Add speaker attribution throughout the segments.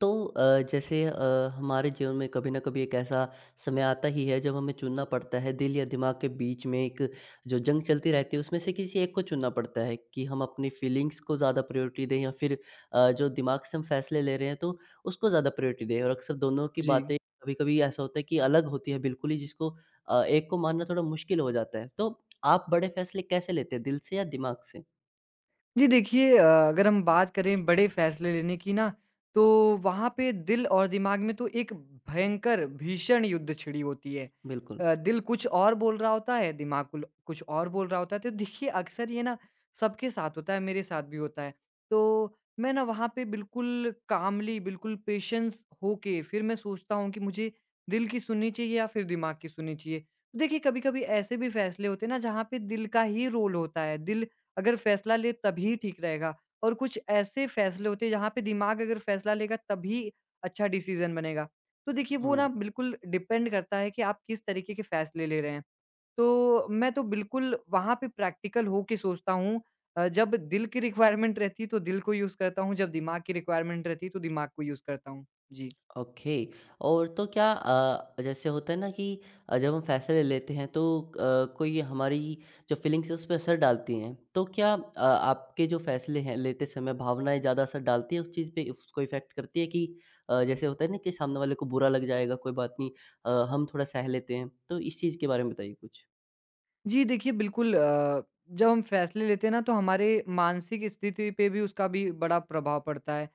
Speaker 1: तो जैसे हमारे जीवन में कभी ना कभी एक ऐसा समय आता ही है जब हमें चुनना पड़ता है दिल या दिमाग के बीच में एक जो जंग चलती रहती है उसमें से किसी एक को चुनना पड़ता है कि हम अपनी फीलिंग्स को ज़्यादा प्रायोरिटी दें या फिर जो दिमाग से हम फैसले ले रहे हैं तो उसको ज़्यादा प्रायोरिटी दें और अक्सर दोनों की
Speaker 2: जी।
Speaker 1: बातें कभी कभी ऐसा होता है कि अलग होती है बिल्कुल ही जिसको एक को मानना थोड़ा मुश्किल हो जाता है तो आप बड़े फैसले कैसे लेते हैं दिल से या दिमाग से।
Speaker 2: जी देखिए अगर हम बात करें बड़े फ़ैसले लेने की ना, तो वहाँ पे दिल और दिमाग में तो एक भयंकर, भीषण युद्ध छिड़ी होती है।
Speaker 1: बिल्कुल।
Speaker 2: दिल कुछ और बोल रहा होता है, दिमाग कुल कुछ और बोल रहा होता है। तो देखिए अक्सर ये ना सबके साथ होता है, मेरे साथ भी होता है। तो मैं ना वहाँ पे बिल्कुल कामली, बिल्कुल पेशेंस होके फिर मैं सोचता हूँ कि मुझे दिल की सुननी चाहिए या फिर दिमाग की सुननी चाहिए। देखिए कभी-कभी ऐसे भी फ़ैसले होते हैं ना जहाँ पे दिल का ही रोल होता है, दिल अगर फ़ैसला ले तभी ठीक रहेगा और कुछ ऐसे फ़ैसले होते हैं जहाँ पे दिमाग अगर फ़ैसला लेगा तभी अच्छा डिसीज़न बनेगा। तो देखिए वो
Speaker 1: हम्म।
Speaker 2: ना बिल्कुल डिपेंड करता है कि आप किस तरीके के फ़ैसले ले रहे हैं। तो मैं तो बिल्कुल वहाँ पे प्रैक्टिकल हो के सोचता हूँ। जब दिल की रिक्वायरमेंट रहती है तो दिल को यूज़ करता हूँ, जब दिमाग की रिक्वायरमेंट रहती है तो दिमाग को यूज़ करता हूँ। जी।
Speaker 1: ओके। और तो क्या जैसे होता है ना कि जब हम फैसले लेते हैं तो कोई हमारी जो फीलिंग्स है उस पे असर डालती हैं। तो क्या आपके जो फैसले हैं लेते समय भावनाएँ ज़्यादा असर डालती हैं उस चीज़ पे उसको इफ़ेक्ट करती है कि जैसे होता है ना कि सामने वाले को बुरा लग जाएगा कोई बात नहीं हम थोड़ा सह लेते हैं। तो इस चीज़ के बारे में बताइए कुछ?
Speaker 2: जी, देखिए बिल्कुल जब हम फैसले लेते हैं ना तो हमारे मानसिक स्थिति पे भी उसका भी बड़ा प्रभाव पड़ता है।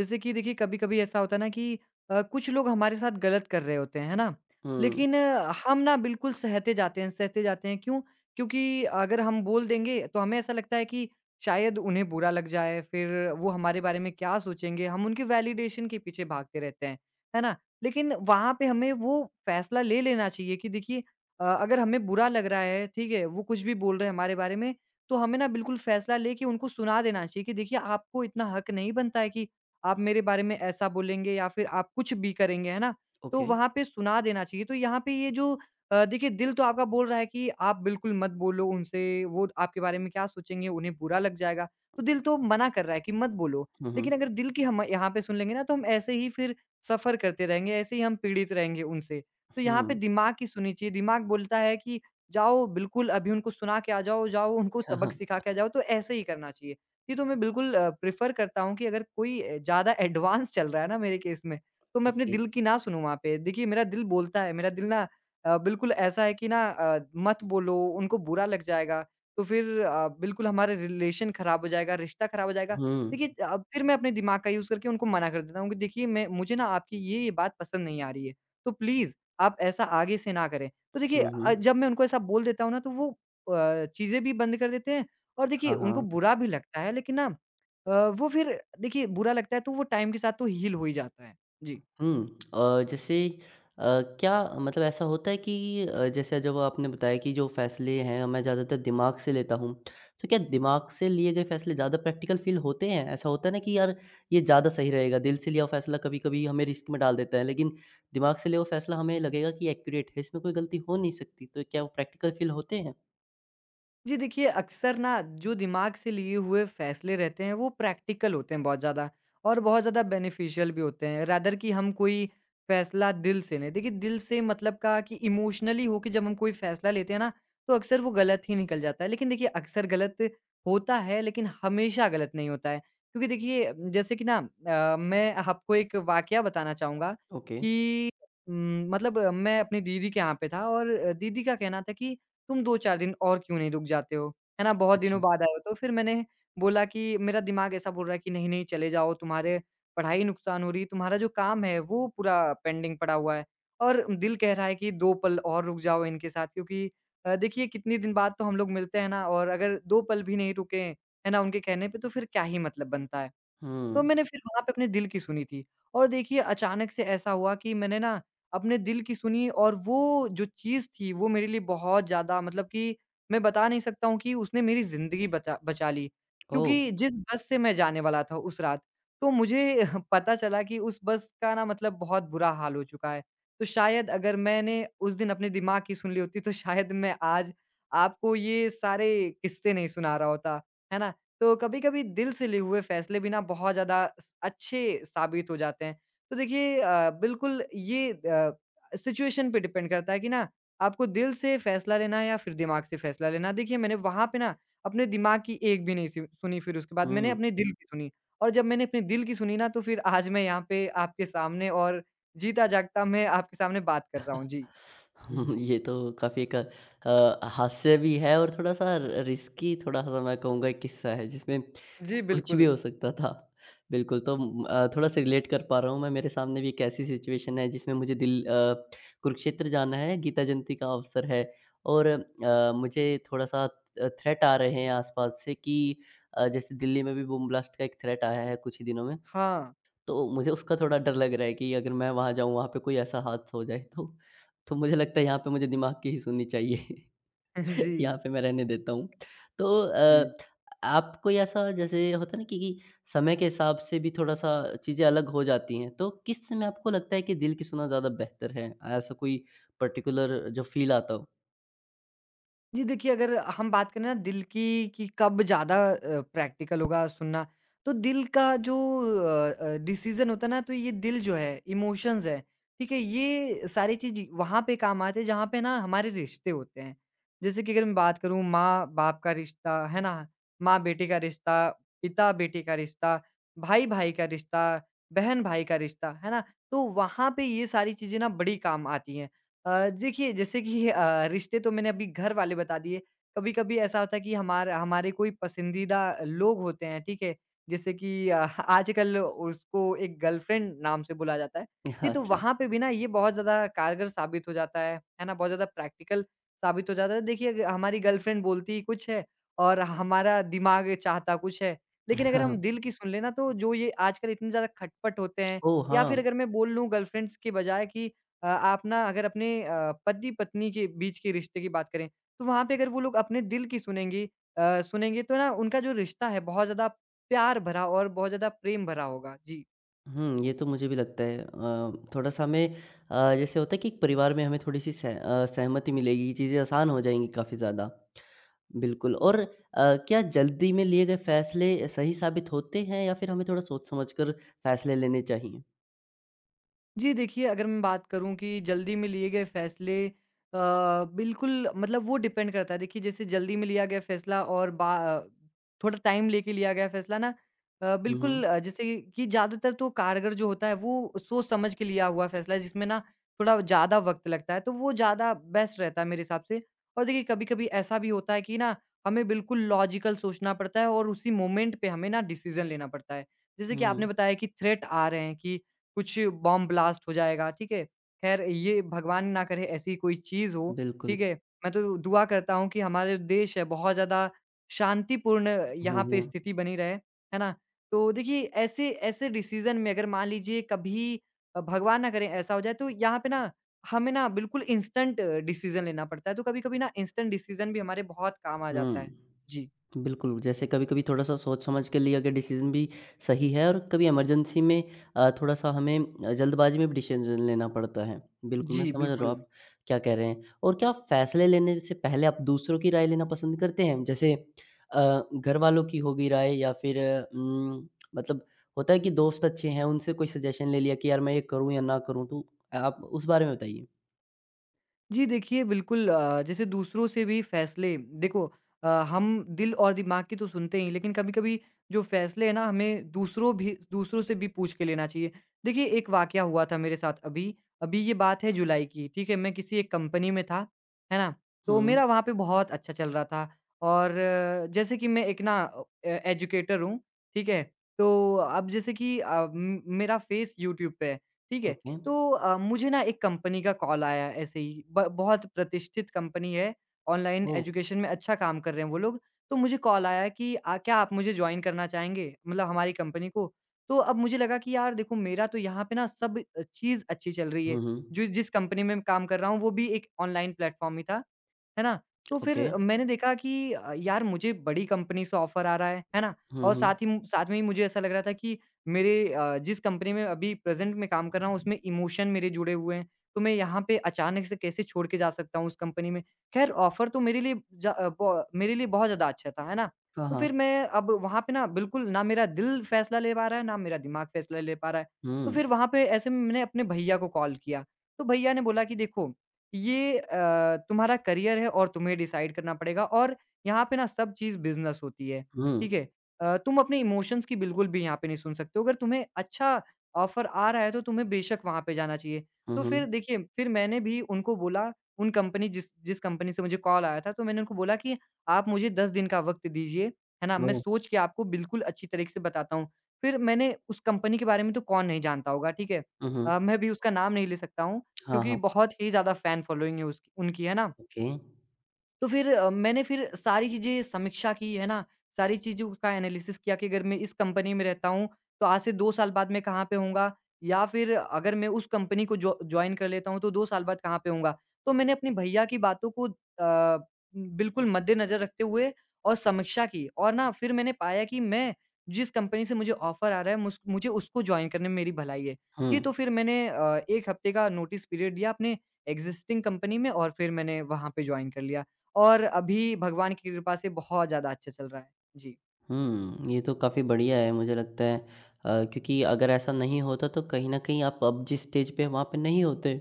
Speaker 2: जैसे कि देखिए कभी-कभी ऐसा होता है ना कि कुछ लोग हमारे साथ गलत कर रहे होते हैं, है ना?
Speaker 1: हुँ।
Speaker 2: लेकिन हम ना बिल्कुल सहते जाते हैं क्यों? क्योंकि अगर हम बोल देंगे तो हमें ऐसा लगता है कि शायद उन्हें बुरा लग जाए, फिर वो हमारे बारे में क्या सोचेंगे? हम उनके वैलिडेशन के पीछे भागते रहते हैं, है ना? लेकिन वहाँ पे हमें वो फैसला ले लेना चाहिए कि देखिए अगर हमें बुरा लग रहा है, ठीक है, वो कुछ भी बोल रहे हैं हमारे बारे में, तो हमें ना बिल्कुल फैसला लेके उनको सुना देना चाहिए कि देखिए आपको इतना हक नहीं बनता है कि आप मेरे बारे में ऐसा बोलेंगे या फिर आप कुछ भी करेंगे, है ना? तो
Speaker 1: ओके।
Speaker 2: वहाँ पे सुना देना चाहिए। तो यहाँ पे देखिए दिल तो आपका बोल रहा है कि आप बिल्कुल मत बोलो उनसे, वो आपके बारे में क्या सोचेंगे, उन्हें बुरा लग जाएगा। तो दिल तो मना कर रहा है कि मत बोलो।
Speaker 1: हुँ,
Speaker 2: लेकिन
Speaker 1: हुँ।
Speaker 2: अगर दिल की हम यहाँ पे सुन लेंगे ना तो हम ऐसे ही फिर सफ़र करते रहेंगे, ऐसे ही हम पीड़ित रहेंगे उनसे। तो यहाँ पे
Speaker 1: हुँ।
Speaker 2: दिमाग की सुननी चाहिए। दिमाग बोलता है कि जाओ बिल्कुल अभी उनको सुना के आ जाओ, जाओ उनको
Speaker 1: हाँ,
Speaker 2: सबक
Speaker 1: हाँ।
Speaker 2: सिखा के आ जाओ, तो ऐसे ही करना चाहिए। ये तो मैं बिल्कुल प्रेफ़र करता हूँ कि अगर कोई ज़्यादा एडवांस चल रहा है ना मेरे केस में, तो मैं अपने
Speaker 1: ओके।
Speaker 2: दिल की ना सुनूँ वहाँ पे। देखिए मेरा दिल बोलता है, मेरा दिल ना बिल्कुल ऐसा है कि ना मत बोलो, उनको बुरा लग जाएगा, तो फिर बिल्कुल हमारा रिलेशन ख़राब हो जाएगा, रिश्ता ख़राब हो जाएगा।
Speaker 1: हुँ।
Speaker 2: देखिए अब फिर मैं अपने दिमाग का यूज़ करके उनको मना कर देता हूँ कि देखिए मैं मुझे ना आपकी ये बात पसंद नहीं आ रही है, तो प्लीज़ आप ऐसा आगे से ना करें। तो देखिए
Speaker 1: हुँ, हुँ।
Speaker 2: जब मैं उनको ऐसा बोल देता हूँ ना तो वो चीज़ें भी बंद कर देते हैं और देखिए
Speaker 1: हाँ,
Speaker 2: उनको
Speaker 1: हाँ।
Speaker 2: बुरा भी लगता है लेकिन ना वो फिर देखिए बुरा लगता है तो वो टाइम के साथ तो हील हो ही जाता है। जी।
Speaker 1: हुँ। जैसे अ, क्या मतलब ऐसा होता है कि जैसे जब आपने बताया कि जो फ़ैसले हैं मैं ज़्यादातर दिमाग से लेता हूँ। तो क्या दिमाग से लिए गए फ़ैसले ज़्यादा प्रैक्टिकल फ़ील होते हैं? ऐसा होता है ना कि यार ये ज़्यादा सही रहेगा, दिल से लिया हुआ फ़ैसला कभी-कभी हमें रिस्क में डाल देता है, लेकिन दिमाग से लिया हुआ फ़ैसला हमें लगेगा कि एक्यूरेट है, इसमें कोई गलती हो नहीं सकती। तो क्या वो प्रैक्टिकल फ़ील होते हैं?
Speaker 2: जी देखिए, अक्सर ना जो दिमाग से लिए हुए फैसले रहते हैं वो प्रैक्टिकल होते हैं बहुत ज़्यादा और बहुत ज़्यादा बेनिफिशियल भी होते हैं। रादर कि हम कोई फैसला दिल से लें। देखिए दिल से मतलब का कि इमोशनली होके जब हम कोई फैसला लेते हैं ना, तो अक्सर वो गलत ही निकल जाता है। लेकिन देखिए अक्सर गलत होता है लेकिन हमेशा गलत नहीं होता है। क्योंकि देखिए जैसे कि ना मैं आपको एक वाकया बताना चाहूँगा
Speaker 1: ओके।
Speaker 2: कि मैं अपनी दीदी के यहाँ पे था और दीदी का कहना था कि तुम 2-4 दिन और क्यों नहीं रुक जाते हो? है ना? बहुत दिनों
Speaker 1: अच्छा।
Speaker 2: बाद आए हो। तो फिर मैंने बोला कि मेरा दिमाग ऐसा बोल रहा है कि नहीं-नहीं चले जाओ, तुम्हारे पढ़ाई नुकसान हो रही है, तुम्हारा जो काम है वो पूरा पेंडिंग पड़ा हुआ है। और दिल कह रहा है कि 2 पल और रुक जाओ इनके साथ क्योंकि देखिए कितने दिन बाद तो हम लोग मिलते हैं ना और अगर 2 पल भी नहीं रुके, है ना, उनके कहने पे तो फिर क्या ही मतलब बनता है। तो
Speaker 1: हुँ।
Speaker 2: मैंने फिर वहाँ पे अपने दिल की सुनी थी और देखिए अचानक से ऐसा हुआ कि मैंने ना अपने दिल की सुनी और वो जो चीज़ थी वो मेरे लिए बहुत ज़्यादा मतलब कि मैं बता नहीं सकता हूँ कि उसने मेरी ज़िंदगी बचा बचा ली।
Speaker 1: ओह!
Speaker 2: क्योंकि जिस बस से मैं जाने वाला था उस रात, तो मुझे पता चला कि उस बस का ना मतलब बहुत बुरा हाल हो चुका है। तो शायद अगर मैंने उस दिन अपने दिमाग की सुन ली होती तो शायद मैं आज आपको ये सारे किस्से नहीं सुना रहा होता, है ना? तो कभी-कभी दिल से लिए हुए फैसले भी ना बहुत ज़्यादा स अच्छे साबित हो जाते हैं। तो देखिए बिल्कुल ये सिचुएशन पे डिपेंड करता है कि ना आपको दिल से फैसला लेना है या फिर दिमाग से फैसला लेना है। देखिए मैंने वहाँ पे ना अपने दिमाग की एक भी नहीं सु सुनी फिर उसके बाद मैंने
Speaker 1: हुँ।
Speaker 2: अपने दिल की सुनी और जब मैंने अपने दिल की सुनी ना तो फिर आज मैं यहाँ पे आपके सामने और जीता-जागता मैं आपके सामने बात कर रहा हूँ। जी। हुँ, हुँ।
Speaker 1: ये तो काफ़ी एक हास्य भी है और थोड़ा-सा रिस्की थोड़ा-सा मैं कहूँगा एक किस्सा है जिसमें
Speaker 2: जी,
Speaker 1: कुछ भी
Speaker 2: बिल्कुल।
Speaker 1: हो सकता था। बिल्कुल, तो थोड़ा-सा रिलेट कर पा रहा हूँ मैं। मेरे सामने भी एक ऐसी सिचुएशन है जिसमें मुझे दिल कुरुक्षेत्र जाना है, गीता जयंती का अवसर है और मुझे थोड़ा-सा थ्रेट आ रहे हैं आस-पास से कि जैसे दिल्ली में भी बम ब्लास्ट का एक थ्रेट आया है कुछ ही दिनों में।
Speaker 2: हाँ।
Speaker 1: तो मुझे उसका थोड़ा डर लग रहा है कि अगर मैं वहाँ जाऊँ, वहाँ पे कोई ऐसा हादसा हो जाए तो मुझे लगता है यहाँ पे मुझे दिमाग की ही सुननी चाहिए।
Speaker 2: जी।
Speaker 1: यहाँ पे मैं रहने देता हूँ। तो
Speaker 2: जी।
Speaker 1: आप कोई ऐसा जैसे होता है ना कि समय के हिसाब से भी थोड़ा-सा चीज़ें अलग हो जाती हैं, तो किस समय आपको लगता है कि दिल की सुना ज़्यादा बेहतर है? ऐसा कोई पर्टिकुलर जो फ़ील आता हो?
Speaker 2: जी, देखिए अगर हम बात करें ना दिल की कि कब ज़्यादा प्रैक्टिकल होगा सुनना, तो दिल का जो डिसीज़न होता है ना, तो ये दिल जो है, इमोशंस है, ठीक है? ये सारी चीज़ वहाँ पे काम आते हैं जहाँ पे ना हमारे रिश्ते होते हैं। जैसे कि अगर मैं बात करूँ माँ-बाप का रिश्ता, है ना? माँ-बेटे का रिश्ता, पिता-बेटे का रिश्ता, भाई-भाई का रिश्ता, बहन-भाई का रिश्ता, है ना? तो वहाँ पे ये सारी चीज़ें ना बड़ी काम आती हैं। देखिए जैसे कि रिश्ते तो मैंने अभी घर वाले बता दिए। कभी-कभी ऐसा होता है कि हमारा हमारे कोई पसंदीदा लोग होते हैं, ठीक है? जैसे कि आजकल उसको एक गर्लफ्रेंड नाम से बुलाया जाता है।
Speaker 1: हाँ,
Speaker 2: जी, तो
Speaker 1: अच्छा।
Speaker 2: वहाँ पे भी ना ये बहुत ज़्यादा कारगर साबित हो जाता है ना? बहुत ज़्यादा प्रैक्टिकल साबित हो जाता है। देखिए अग हमारी गर्लफ्रेंड बोलती ही कुछ है और हमारा दिमाग चाहता कुछ है। लेकिन
Speaker 1: हाँ,
Speaker 2: अगर हम
Speaker 1: हाँ।
Speaker 2: दिल की सुन लें ना तो जो ये आजकल इतने ज़्यादा खटपट होते हैं
Speaker 1: ओह!
Speaker 2: या फिर
Speaker 1: हाँ।
Speaker 2: अगर मैं बोल लूँ गर्लफ्रेंड्स के बजाय कि आप ना अगर अपने पति-पत्नी के बीच के रिश्ते की बात करें, तो वहाँ पे अगर वो लोग अपने दिल की सुनेंगे तो ना उनका जो रिश्ता है बहुत ज़्यादा प्यार भरा और बहुत ज़्यादा प्रेम भरा होगा। जी।
Speaker 1: हुँ, ये तो मुझे भी लगता है थोड़ा-सा हमें जैसे होता है कि परिवार में हमें थोड़ी-सी सहमति मिलेगी, चीज़ें आसान हो जाएँगी काफ़ी ज़्यादा। बिल्कुल और क्या जल्दी में लिए गए फैसले सही साबित होते हैं या फिर हमें थोड़ा सोच-समझ कर फैसले लेने चाहिए?
Speaker 2: जी, देखिए अगर मैं बात करूँ कि जल्दी में लिए गए फ़ैसले बिल्कुल मतलब वो डिपेंड करता है। देखिए जैसे जल्दी में लिया गया फ़ैसला और बा थोड़ा टाइम लेके लिया गया फ़ैसला ना
Speaker 1: हुँ, हुँ।
Speaker 2: बिल्कुल जैसे कि ज़्यादातर तो कारगर जो होता है वो सोच समझ के लिया हुआ फ़ैसला है जिसमें ना थोड़ा ज़्यादा वक़्त लगता है, तो वो ज़्यादा बेस्ट रहता है मेरे हिसाब से। और देखिए कभी-कभी ऐसा भी होता है कि ना हमें बिल्कुल लॉजिकल सोचना पड़ता है और उसी मोमेंट पे हमें ना डिसीज़न लेना पड़ता है। जैसे कि आपने
Speaker 1: हुँ,
Speaker 2: बताया कि थ्रेट आ रहे हैं कि कुछ बॉम्ब ब्लास्ट हो जाएगा, ठीक है? ख़ैर ये भगवान ना करे ऐसी कोई चीज़ हो,
Speaker 1: बिल्कुल।
Speaker 2: ठीक है? मैं तो दुआ करता हूँ कि हमारे जो देश है बहुत ज़्यादा शांतिपूर्ण
Speaker 1: हुँ,
Speaker 2: यहाँ पे
Speaker 1: हुँ।
Speaker 2: स्थिति बनी रहे, है ना? तो देखिए ऐसे ऐसे डिसीज़न में अगर मान लीजिए कभी भगवान ना करे ऐसा हो जाए तो यहाँ पे ना हमें ना बिल्कुल इंस्टेंट डिसीज़न लेना पड़ता है, तो कभी-कभी ना इंस्टेंट डिसीज़न भी हमारे बहुत काम आ जाता है।
Speaker 1: हुँ।
Speaker 2: जी।
Speaker 1: बिल्कुल, जैसे कभी-कभी थोड़ा-सा सोच समझ के लिया गया डिसीज़न भी सही है और कभी इमरजेंसी में थोड़ा-सा हमें जल्दबाज़ी में भी डिसीज़न लेना पड़ता है। बिल्कुल, मैं
Speaker 2: जी,
Speaker 1: समझ रहा हूँ
Speaker 2: बिल्कुल।
Speaker 1: आप क्या कह रहे हैं और क्या आप फ़ैसले लेने से पहले आप दूसरों की राय लेना पसंद करते हैं? जैसे घरवालों की होगी राय या फिर मतलब होता है कि दोस्त अच्छे हैं, उनसे कोई सजेशन ले लिया कि यार मैं ये करूँ या ना करूँ, तो आप उस बारे में बताइए?
Speaker 2: जी देखिए, बिल्कुल जैसे दूसरों से भी फैसले देखो हम दिल और दिमाग की तो सुनते ही, लेकिन कभी-कभी जो फैसले हैं ना हमें दूसरों से भी पूछ के लेना चाहिए। देखिए एक वाक़या हुआ था मेरे साथ अभी, अभी ये बात है जुलाई की, ठीक है? मैं किसी एक कंपनी में था, है ना? तो
Speaker 1: हुँ।
Speaker 2: मेरा वहाँ पे बहुत अच्छा चल रहा था और जैसे कि मैं एक ना एजुकेटर हूँ, ठीक है? तो अब जैसे कि अ, म मेरा फेस यूट्यूब पे है, ठीक है?
Speaker 1: ओके।
Speaker 2: तो मुझे ना एक कंपनी का कॉल आया ऐसे ही ब बहुत प्रतिष्ठित कंपनी है, ऑनलाइन
Speaker 1: ओह!
Speaker 2: एजुकेशन में अच्छा काम कर रहे हैं वो लोग। तो मुझे कॉल आया कि क्या आप मुझे जॉइन करना चाहेंगे? मतलब हमारी कंपनी को। तो अब मुझे लगा कि यार देखो मेरा तो यहाँ पे ना सब चीज़ अच्छी चल रही है।
Speaker 1: हुँ, हुँ।
Speaker 2: जो जिस कंपनी में मैं काम कर रहा हूँ वो भी एक ऑनलाइन प्लेटफ़ॉर्म ही था। है ना? तो
Speaker 1: ओके।
Speaker 2: फिर मैंने देखा कि यार मुझे बड़ी कंपनी से ऑफ़र आ रहा है ना?
Speaker 1: हुँ,
Speaker 2: और साथ
Speaker 1: हुँ।
Speaker 2: ही म साथ में ही मुझे ऐसा लग रहा था कि मेरे जिस कंपनी में अभी प्रेज़ेंट में काम कर रहा हूँ उसमें इमोशन मेरे जुड़े हुए हैं, तो मैं यहाँ पे अचानक से कैसे छोड़ के जा सकता हूँ उस कंपनी में? ख़ैर ऑफ़र तो मेरे लिए जा अ, ब मेरे लिए बहुत ज़्यादा अच्छा था, है ना?
Speaker 1: हाँ,
Speaker 2: तो फिर
Speaker 1: हाँ।
Speaker 2: मैं अब वहाँ पे ना बिल्कुल ना मेरा दिल फ़ैसला ले पा रहा है, ना मेरा दिमाग फ़ैसला ले पा रहा है। तो फिर
Speaker 1: हुँ।
Speaker 2: वहाँ पे ऐसे में मैंने अपने भैया को कॉल किया, तो भैया ने बोला कि देखो ये तुम्हारा करियर है और तुम्हें डिसाइड करना पड़ेगा और यहाँ पे ना सब चीज़ बिज़नेस होती है,
Speaker 1: हुँ।
Speaker 2: ठीक है? तुम अपने इमोशंस की बिल्कुल भी यहाँ पे नहीं सुन सकते हो। अगर तुम्हें अच्छा ऑफ़र आ रहा है तो तुम्हें बेशक वहाँ पे जाना चाहिए।
Speaker 1: हुँ,
Speaker 2: तो फिर
Speaker 1: हुँ।
Speaker 2: देखिए फिर मैंने भी उनको बोला उन कंपनी जिस जिस कंपनी से मुझे कॉल आया था तो मैंने उनको बोला कि आप मुझे 10 दिन का वक़्त दीजिए, है ना? मैं
Speaker 1: ओह!
Speaker 2: सोच के आपको बिल्कुल अच्छी तरीके से बताता हूँ। फिर मैंने उस कंपनी के बारे में तो कौन नहीं जानता होगा, ठीक है?
Speaker 1: हुँ, हुँ।
Speaker 2: मैं भी उसका नाम नहीं ले सकता हूँ।
Speaker 1: हाँ,
Speaker 2: क्योंकि
Speaker 1: हाँ।
Speaker 2: बहुत ही ज़्यादा फैन फॉलोइंग है उसकी उनकी, है ना?
Speaker 1: ओके।
Speaker 2: तो फिर मैंने फिर सारी चीज़ें समीक्षा की, है ना? सारी चीज़ों का एनालिसिस किया कि अगर मैं इस कंपनी में रहता हूँ, तो आज से 2 साल बाद मैं कहाँ पे होऊँगा? या फिर अगर मैं उस कंपनी को जॉ जॉइन कर लेता हूँ, तो 2 साल बाद कहाँ पे होऊँगा? तो मैंने अपने भैया की बातों को बिल्कुल मद्देनज़र रखते हुए और समीक्षा की और ना फिर मैंने पाया कि मैं जिस कंपनी से मुझे ऑफ़र आ रहा है, मुस मुझे उसको जॉइन करने में मेरी भलाई है। जी,
Speaker 1: हुँ।
Speaker 2: तो फिर मैंने 1 हफ्ते का नोटिस पीरियड दिया अपने एक्ज़िस्टिंग कंपनी में और फिर मैंने वहाँ पे जॉइन कर लिया। और अभी भगवान की कृपा से बहुत ज़्यादा अच्छा चल रहा है। जी।
Speaker 1: हुँ, ये तो काफ़ी बढ़िया है मुझे लगता है क्योंकि अगर ऐसा नहीं होता तो कहीं न कहीं आप अब जिस स्टेज पे हैं वहाँ पे नहीं होते।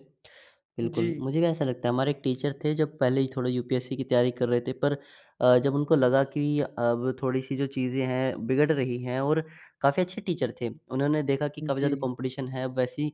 Speaker 2: जी।
Speaker 1: बिल्कुल, मुझे भी ऐसा लगता है हमारे एक टीचर थे जब पहले ही थोड़ा यूपीएससी की तैयारी कर रहे थे पर जब उनको लगा कि अब थोड़ी-सी जो चीज़ें हैं बिगड़ रही हैं और काफ़ी अच्छे टीचर थे। उन्होंने देखा कि काफ़ी
Speaker 2: जी।
Speaker 1: ज़्यादा कॉम्पिटिशन है, अब वैसी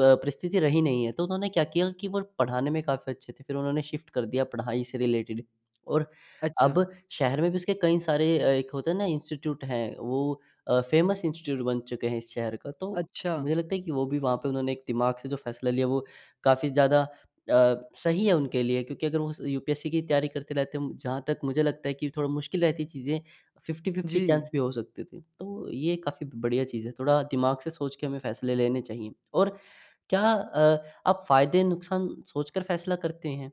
Speaker 1: प परिस्थिति रही नहीं है। तो उन्होंने क्या किया कि वो पढ़ाने में काफ़ी अच्छे थे, फिर उन्होंने शिफ्ट कर दिया पढ़ाई से रिलेटेड और
Speaker 2: अच्छा।
Speaker 1: अब शहर में भी उसके कई सारे एक होता है ना इंस्टीट्यूट हैं, वो फेमस इंस्टीट्यूट बन चुके हैं इस शहर का। तो
Speaker 2: अच्छा।
Speaker 1: मुझे लगता है कि वो भी वहाँ पे उन्होंने एक दिमाग से जो फैसला लिया वो काफ़ी ज़्यादा सही है उनके लिए क्योंकि अगर वो स यूपीएससी की तैयारी करते रहते हैं, जहाँ तक मुझे लगता है कि थोड़ा मुश्किल रहती चीज़ें, 50-50 चांस
Speaker 2: जी।
Speaker 1: भी हो सकते थे। तो ये काफ़ी बढ़िया चीज़ है, थोड़ा दिमाग से सोच के हमें फ़ैसले लेने चाहिए। और क्या आप फ़ायदे-नुकसान सोचकर फ़ैसला करते हैं?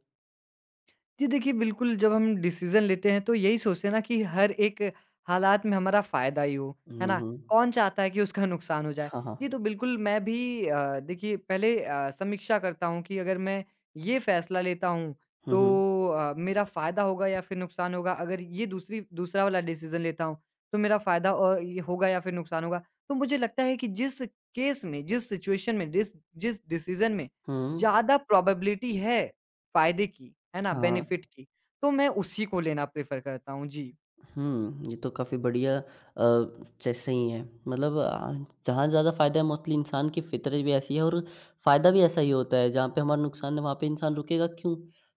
Speaker 2: जी देखिए, बिल्कुल जब हम डिसीज़न लेते हैं तो यही सोचते हैं ना कि हर एक हालात में हमारा फ़ायदा ही हो, है
Speaker 1: हुँ,
Speaker 2: ना?
Speaker 1: हुँ।
Speaker 2: कौन चाहता है कि उसका नुकसान हो जाए?
Speaker 1: हाँ, हाँ।
Speaker 2: जी, तो बिल्कुल मैं भी देखिए पहले समीक्षा करता हूँ कि अगर मैं ये फ़ैसला लेता हूँ
Speaker 1: हुँ, हुँ।
Speaker 2: तो मेरा फ़ायदा होगा या फिर नुकसान होगा? अगर ये दूसरी दूसरा वाला डिसीज़न लेता हूँ तो मेरा फ़ायदा और ये होगा या फिर नुकसान होगा? तो मुझे लगता है कि जिस केस में, जिस सिचुएशन में, डिस जिस डिसीज़न में
Speaker 1: हुँ,
Speaker 2: ज़्यादा प्रोबेबिलिटी है फ़ायदे की, है ना?
Speaker 1: हाँ।
Speaker 2: बेनिफिट की, तो मैं उसी को लेना प्रेफ़र करता हूँ। जी।
Speaker 1: हुँ, ये तो काफ़ी बढ़िया चीज़ सही है। मतलब जहाँ ज़्यादा फ़ायदा है मोस्टली इंसान की फ़ितरत भी ऐसी है और फ़ायदा भी ऐसा ही होता है, जहाँ पे हमारा नुकसान है वहाँ पे इंसान रुकेगा क्यों?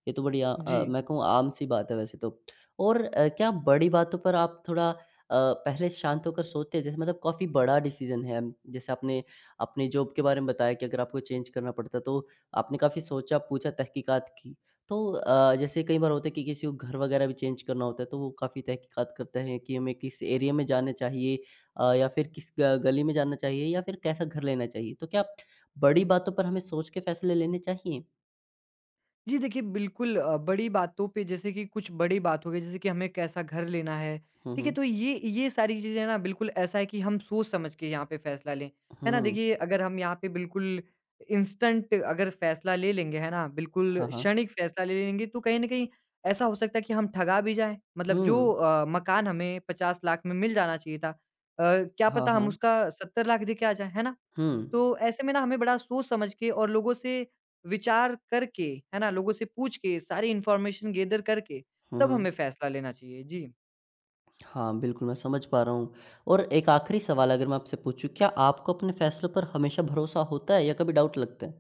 Speaker 1: ये तो बढ़िया
Speaker 2: जी।
Speaker 1: मैं कहूँ आम-सी बात है वैसे तो। और क्या बड़ी बातों पर आप थोड़ा पहले शांत होकर सोचते हैं? जैसे मतलब काफ़ी बड़ा डिसीज़न है, जैसे आपने अपनी जॉब के बारे में बताया कि अगर आपको चेंज करना पड़ता तो आपने काफ़ी सोचा-पूछा, तहकीकात की। तो जैसे कई बार होता है कि किसी को घर वगैरह भी चेंज करना होता है, तो वो काफ़ी तहकीकात करते हैं कि हमें किस एरिया में जाना चाहिए या फिर किस ग गली में जाना चाहिए या फिर कैसा घर लेना चाहिए। तो क्या बड़ी बातों पर हमें सोच के फैसले लेने चाहिए?
Speaker 2: जी देखिए, बिल्कुल बड़ी बातों पे जैसे कि कुछ बड़ी बात हो गई, जैसे कि हमें कैसा घर लेना है,
Speaker 1: हुँ,
Speaker 2: ठीक है?
Speaker 1: हुँ।
Speaker 2: तो ये सारी चीज़ें ना बिल्कुल ऐसा है कि हम सोच-समझ के यहाँ पे फ़ैसला लें, है ना?
Speaker 1: हुँ,
Speaker 2: देखिए, अगर हम यहाँ पे बिल्कुल इंस्टेंट अगर फ़ैसला ले लेंगे, है ना? बिल्कुल
Speaker 1: हाँ, हाँ।
Speaker 2: क्षणिक फ़ैसला ले लेंगे, तो कहीं न कहीं ऐसा हो सकता है कि हम ठगा भी जाएँ। मतलब जो
Speaker 1: हुँ,
Speaker 2: मकान हमें 50 लाख में मिल जाना चाहिए था, क्या
Speaker 1: हाँ,
Speaker 2: पता हम
Speaker 1: हाँ।
Speaker 2: उसका 70 लाख देके आ जाएँ, है ना?
Speaker 1: हुँ।
Speaker 2: तो ऐसे में ना हमें बड़ा सोच-समझ के और लोगों से विचार करके, है ना? लोगों से पूछ के, सारी इन्फॉर्मेशन गैदर करके,
Speaker 1: हुँ,
Speaker 2: तब
Speaker 1: हुँ।
Speaker 2: हमें फैसला लेना चाहिए। जी।
Speaker 1: हाँ, बिल्कुल मैं समझ पा रहा हूँ और एक आखिरी सवाल अगर मैं आपसे पूछूँ, क्या आपको अपने फैसलों पर हमेशा भरोसा होता है या कभी डाउट लगता है?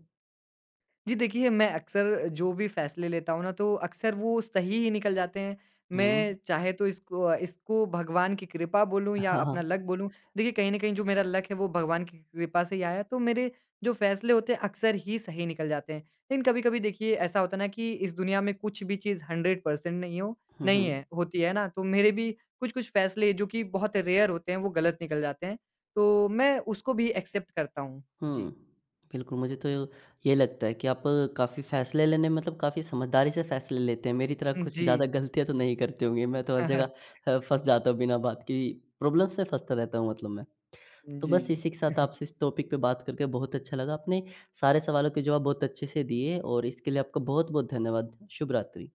Speaker 2: जी, देखिए मैं अक्सर जो भी फ़ैसले लेता हूँ ना तो अक्सर वो सही ही निकल जाते हैं। मैं
Speaker 1: हुँ।
Speaker 2: चाहे तो इसको इसको भगवान की कृपा बोलूँ या
Speaker 1: हाँ,
Speaker 2: अपना
Speaker 1: हाँ।
Speaker 2: लक बोलूँ। देखिए कहीं न कहीं जो मेरा लक है वो भगवान की कृपा से ही आया तो मेरे जो फ़ैसले होते हैं अक्सर ही सही निकल जाते हैं। लेकिन कभी-कभी देखिए ऐसा होता है ना कि इस दुनिया में कुछ भी चीज़ 100%
Speaker 1: हुँ,
Speaker 2: नहीं
Speaker 1: हुँ।
Speaker 2: है होती है ना? तो मेरे भी कुछ-कुछ फ़ैसले जो कि बहुत रेयर होते हैं वो गलत निकल जाते हैं। तो मैं उसको भी एक्सेप्ट करता हूँ।
Speaker 1: हुँ।
Speaker 2: जी।
Speaker 1: बिल्कुल, मुझे तो ये लगता है कि आप काफ़ी फ़ैसले लेने मतलब काफ़ी समझदारी से फ़ैसले लेते हैं। मेरी तरह कुछ
Speaker 2: जी।
Speaker 1: ज़्यादा गलतियाँ तो नहीं करते होंगे, मैं तो हर जगह फँस जाता हूँ बिना बात की, प्रॉब्लम्स में फँसता रहता हूँ मतलब मैं। तो
Speaker 2: जी।
Speaker 1: बस इसी के साथ आपसे इस टॉपिक पे बात करके बहुत अच्छा लगा। आपने सारे सवालों के जवाब बहुत अच्छे से दिए और इसके लिए आपका बहुत-बहुत धन्यवाद। शुभ रात्रि।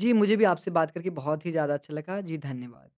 Speaker 2: जी, मुझे भी आपसे बात करके बहुत ही ज़्यादा अच्छा लगा। जी, धन्यवाद।